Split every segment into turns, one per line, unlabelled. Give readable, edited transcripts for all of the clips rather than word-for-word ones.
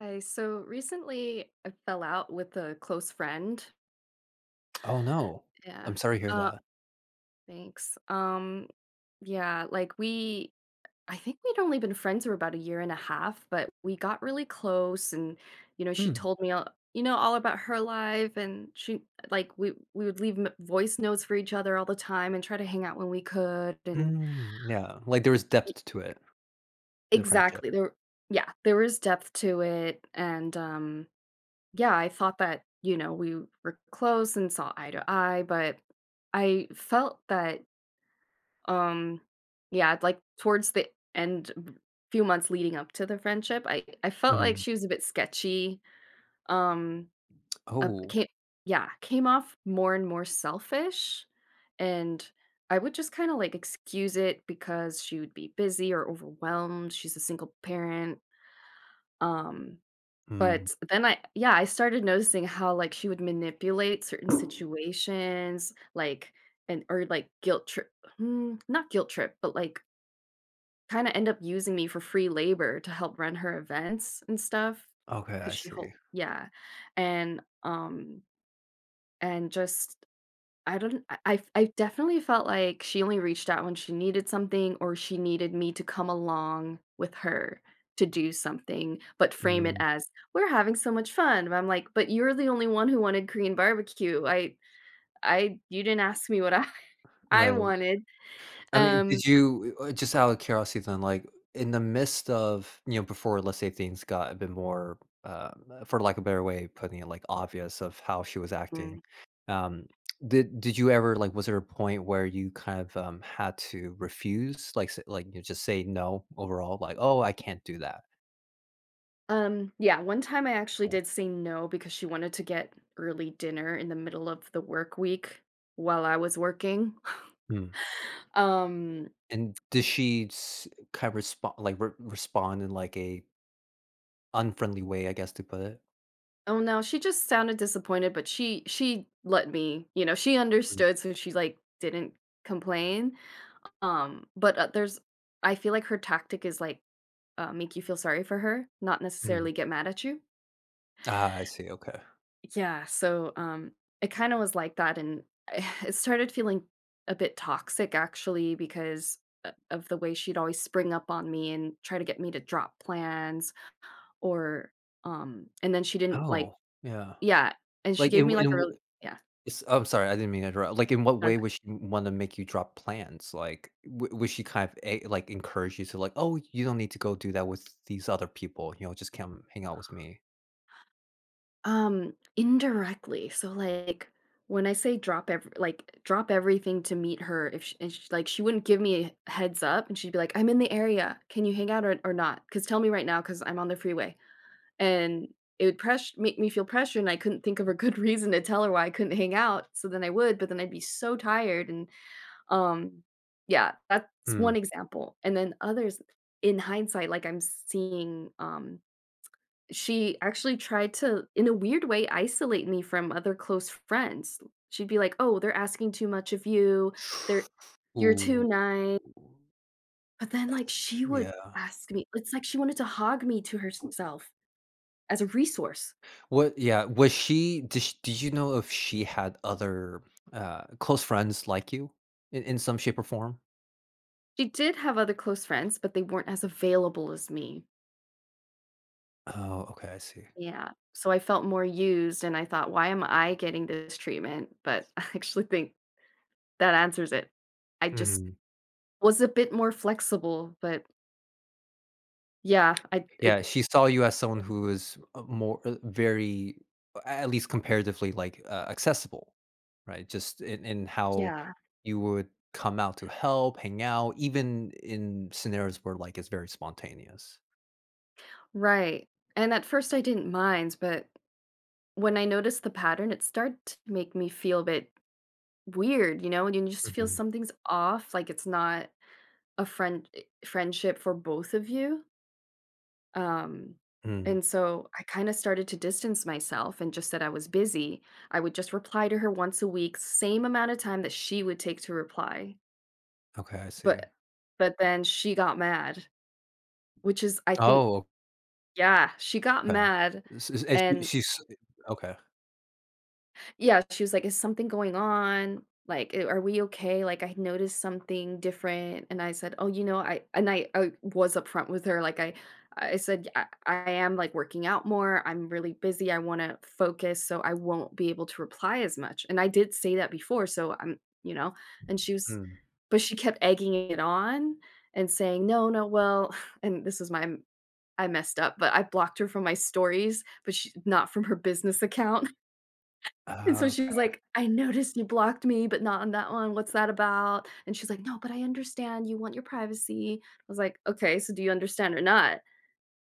Hi, so recently I fell out with a close friend.
Oh, no.
Yeah.
I'm sorry to hear
Uh
that.
Thanks. Yeah, like we I think we'd only been friends for about a year and a half, but we got really close and you know, she
Mm.
told me you know, all about her life. And she like we would leave voice notes for each other all the time and try to hang out when we could. And
Mm, yeah, like, there was depth to it, the friendship.
exactly, there yeah, there was depth to it. And yeah, I thought that, you know, we were close and saw eye to eye, but I felt that um yeah, like towards the end, few months leading up to the friendship, I felt like
Mhm.
she was a bit sketchy. Um uh,
Oh,
came, yeah, came off more and more selfish. And I would just kind of like excuse it because she would be busy or overwhelmed. She's a single parent. Um
mm.
but then I yeah, I started noticing how, like, she would manipulate certain situations, like, guilt trip. Not guilt trip, but, like, kinda end up using me for free labor to help run her events and stuff,
Okay,
cause
I
she
see.
hol yeah. And, and just I don't. I definitely felt like she only reached out when she needed something, or she needed me to come along with her to do something, but frame it
Mm,
as, "We're having so much fun." But I'm like, "But you're the only one who wanted Korean barbecue. I, you didn't ask me what I I
right.
wanted."
I mean,
Um
did you just out of curiosity then, like, in the midst of, before, let's say, things got a bit more, for lack of a better way of putting it, like, obvious of how she was acting,
mm,
um, did you ever, like was there a point where you kind of, had to refuse? Like s like, just say no overall, like, "Oh, I can't do that."
yeah, one time I actually did say no because she wanted to get early dinner in the middle of the work week while I was working.
Mm.
Um
And did she s kind of respon like, re respond in, like, a unfriendly way, I guess, to put it?
Oh, no, she just sounded disappointed, but she let me, you know, she
Mm,
understood, so she, like, didn't complain. But, there's I feel like her tactic is, like, make you feel sorry for her, not
mhm.
necessarily get mad at you.
Ah, I see, okay.
Yeah, so, it kinda was like that, and it started feeling a bit toxic, actually, because o of the way she'd always spring up on me and try to get me to drop plans. Or and then she didn't, like,
Oh, yeah.
yeah. And she
Like, yeah.
gave me,
In
like, a
w
real yeah.
s I'm sorry, I didn't mean to interrupt. Like, in what
No,
way would she wanna make you drop plans? Like, w would she kind of, like, encourage you to, like, "Oh, you don't need to go do that with these other people, just come hang out with me."
um, indirectly. So like, when I say drop every like drop everything to meet her, if she, and she, like, she wouldn't give me a heads up, and she'd be like, "I'm in the area. Can you hang out or not? Because tell me right now, because I'm on the freeway." And it would press make me feel pressure, and I couldn't think of a good reason to tell her why I couldn't hang out. So then I would, but then I'd be so tired. And um, yeah, that's
Hmm.
one example. And then others, in hindsight, like I'm seeing, she actually tried to, in a weird way, isolate me from other close friends. She'd be like, "Oh, they're asking too much of you. They're You're too
Ooh.
nice." But then,
I
like,
s
she would
yeah.
ask me it's like she wanted to hog me to herself as a resource.
What yeah, was she did sh did you know if she had other, close friends like you in some shape or form?
She did have other close friends, but they weren't as available as me.
Oh, okay, I see.
Yeah. So I felt more used and I thought, "Why am I getting this treatment?" But I actually think that answers it. I just
Mhm.
was a bit more flexible, but yeah, I it
Yeah, she saw you as someone who was more very at least comparatively, like, accessible, right? Just in how
yeah.
you would come out to help, hang out, even in scenarios where, like, it's very spontaneous.
Right. And at first I didn't mind, but when I noticed the pattern, it started to make me feel a bit weird, you know, and you just feel
Mhm.
something's off, like it's not a friendship for both of you. Um
Mm.
and so I kind of started to distance myself and just said I was busy. I would just reply to her once a week, same amount of time that she would take to reply.
Okay, I see.
But then she got mad, which is I think,
Oh,
yeah, she got
okay.
mad.
S s and she
And
she's okay.
yeah, she was like, "Is something going on? Like, are we okay? Like, I noticed something different." And I said, "Oh, you know, I," and I was upfront with her. Like, I said, I am, like, working out more. I'm really busy. I want to focus, so I won't be able to reply as much." And I did say that before, so I'm, you know. And she was,
Mm.
but she kept egging it on and saying, "No, no, well," and this was my I messed up, but I blocked her from my stories, but she not from her business account. And
Oh,
so she's
okay.
like, "I noticed you blocked me, but not on that one. What's that about?" And she's like, "No, but I understand. You want your privacy." I was like, "Okay, so do you understand or not?"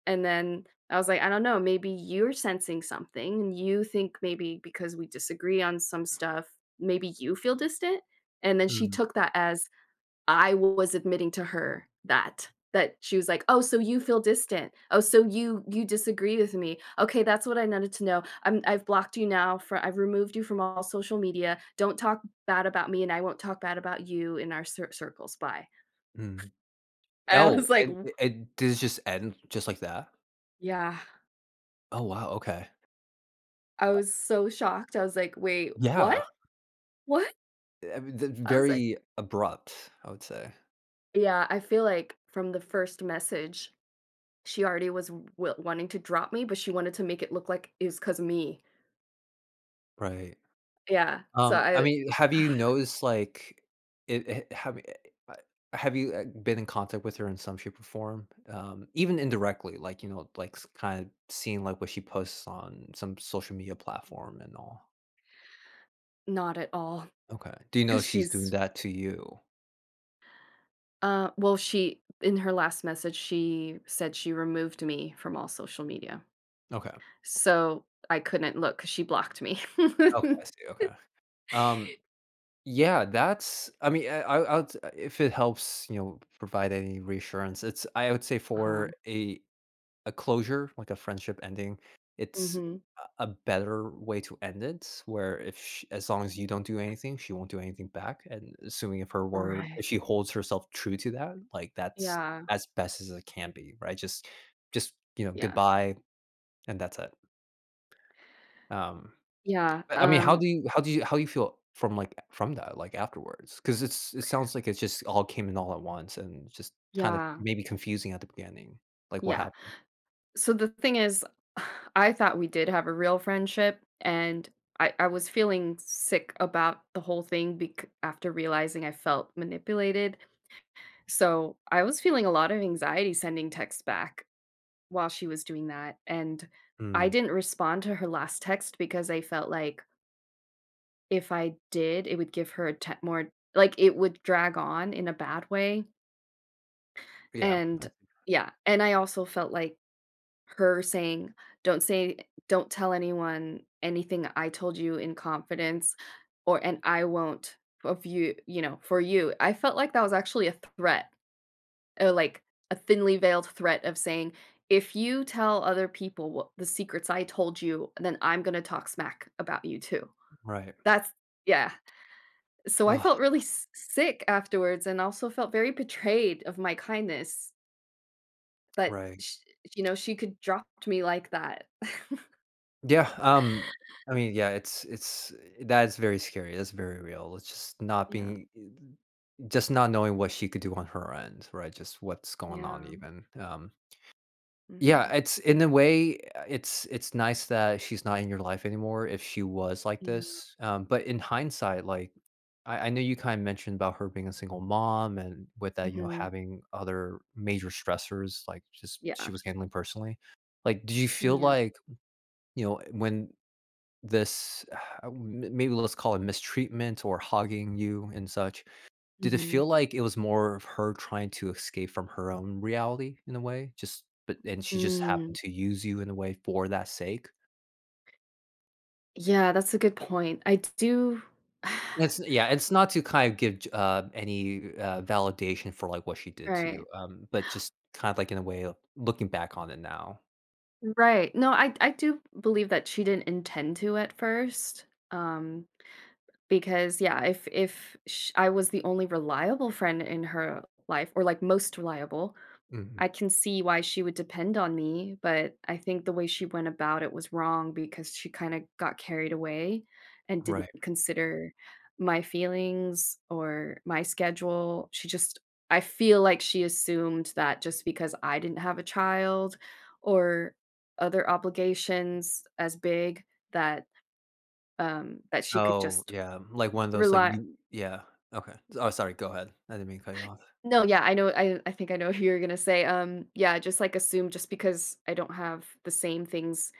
And then I was like, "I don't know. Maybe you're sensing something and you think maybe because we disagree on some stuff, maybe you feel distant." And then she
Mm,
took that as I was admitting to her that she was like, "Oh, so you feel distant. Oh, so you disagree with me. Okay, that's what I needed to know. I've blocked you now for I've removed you from all social media. Don't talk bad about me and I won't talk bad about you in our circles. Bye."
mm.
I
Oh,
was like, "W
and did it just end just like that?
yeah."
Oh, wow, okay.
I was so shocked. I was like, "Wait, what?
Yeah.
What?"
I mean, that's
I was like,
very abrupt, I would say.
yeah, I feel like from the first message, she already was w wanting to drop me, but she wanted to make it look like it was 'cause of me.
Right.
Yeah, so
I
I
mean, have you noticed, like, it have y uh, have you, been in contact with her in some shape or form? Even indirectly, like, like, kinda seeing, like, what she posts on some social media platform and all.
not at all,
Okay. Do you know if
because
she's doing
she's
that to you?
well, she in her last message, she said she removed me from all social media,
Okay.
so I couldn't look because she blocked me.
Okay, I see, okay. Um, yeah, that's I mean, I would if it helps, provide any reassurance, it's I would say
Uh-huh.
for a closure, like a friendship ending, it's
Mhm.
a better way to end it. Where if sh as long as you don't do anything, she won't do anything back. And assuming if her word, if
Right.
she holds herself true to that, like that's
Yeah,
as best as it can be, right? Just, you know,
yeah,
goodbye, and that's it. Um,
yeah,
but I mean,
um,
how you feel from like from that, like afterwards? Because it's it sounds like it just all came in all at once, and just kind of
yeah,
maybe confusing at the beginning, like what
yeah.
happened.
So the thing is, I thought we did have a real friendship, and I was feeling sick about the whole thing bec after realizing I felt manipulated. So I was feeling a lot of anxiety sending texts back while she was doing that. And I
Mm,
didn't respond to her last text because I felt like if I did, it would give her more, like it would drag on in a bad way.
yeah, I
And
see.
yeah. And I also felt like her saying, don't say, don't tell anyone anything I told you in confidence, and I won't of you, you know, for you. I felt like that was actually a threat, like a thinly veiled threat of saying, "If you tell other people what the secrets I told you, then I'm gonna talk smack about you too."
Right.
That's yeah. So I
Oh,
felt really sick afterwards, and also felt very betrayed of my kindness that
right.
sh- you know, she could drop me like that.
Yeah, I mean, yeah, it's that's very scary, that's very real. It's just not
yeah,
being just not knowing what she could do on her end, right? Just what's going on
yeah,
even. Yeah,
hmm
it's in a way, it's nice that she's not in your life anymore if she was like
yeah,
this. But in hindsight, like I know you kind of mentioned about her being a single mom and with that, you know,
hmm
having other major stressors, like just she
yeah,
was handling personally. Like, did you feel
yeah.
like you know, when this m maybe let's call it mistreatment or hogging you and such, did it
hmm
feel like it was more of her trying to escape from her own reality in a way? Just but and she just
Mm.
happened to use you in a way for that sake?
Yeah, that's a good point. I do.
It's yeah, it's not to kind of give j any, validation for, like, what she did to you,
Right.
but just kind of like in a way of looking back on it now.
Right. No, I do believe that she didn't intend to at first. Because yeah, if sh I was the only reliable friend in her life, or like most reliable.
Mhm.
I can see why she would depend on me, but I think the way she went about it was wrong because she kinda got carried away and didn't
Right.
consider my feelings or my schedule. She just I feel like she assumed that just because I didn't have a child or other obligations as big, that, that she could
Oh,
just
yeah. Like one of those, like,
rely.
you yeah, okay. Oh, sorry, go ahead. I didn't mean to cut you off.
No, yeah, I know, I think I know who you're gonna say. Yeah, just, like, assume just because I don't have the same things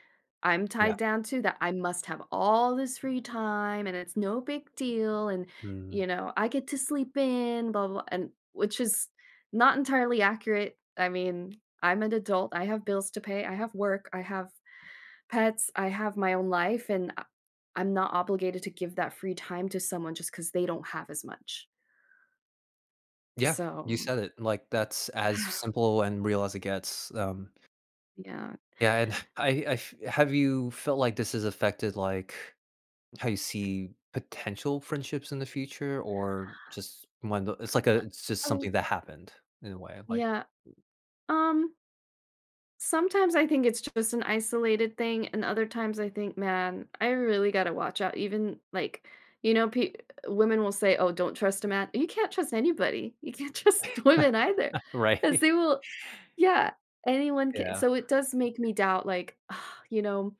I'm
Yeah.
tied down to, that I must have all this free time, and it's no big deal, and,
Mm.
you know, I get to sleep in, blah, blah, and which is not entirely accurate. I mean, I'm an adult, I have bills to pay, I have work, I have pets, I have my own life, and I'm not obligated to give that free time to someone just because they don't have as much.
Yeah, you
So,
said it, like, that's as simple and real as it gets,
yeah.
yeah, and I f have you felt like this has affected, like, how you see potential friendships in the future or just one tho it's like a it's just something
Oh,
that happened in a way, like
yeah. Um, sometimes I think it's just an isolated thing, and other times I think, man, I really gotta watch out. Even like, you know, women will say, "Oh, don't trust a man." You can't trust anybody. You can't trust women either, because
right?
they will. Yeah, anyone can.
Yeah,
So it does make me doubt, like, you know,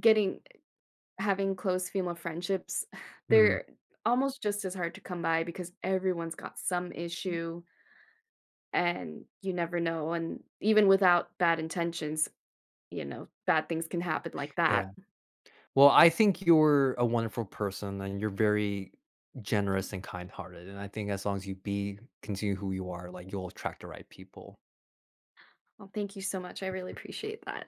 getting having close female friendships.
mhm,
They're almost just as hard to come by because everyone's got some issue and you never know, and even without bad intentions, you know, bad things can happen like
yeah.
that.
Well, I think you're a wonderful person and you're very
Thank you.
generous and kind-hearted, and I think as long as you be continue who you are, like, you'll attract the right people.
Well, thank you so much. I really appreciate that.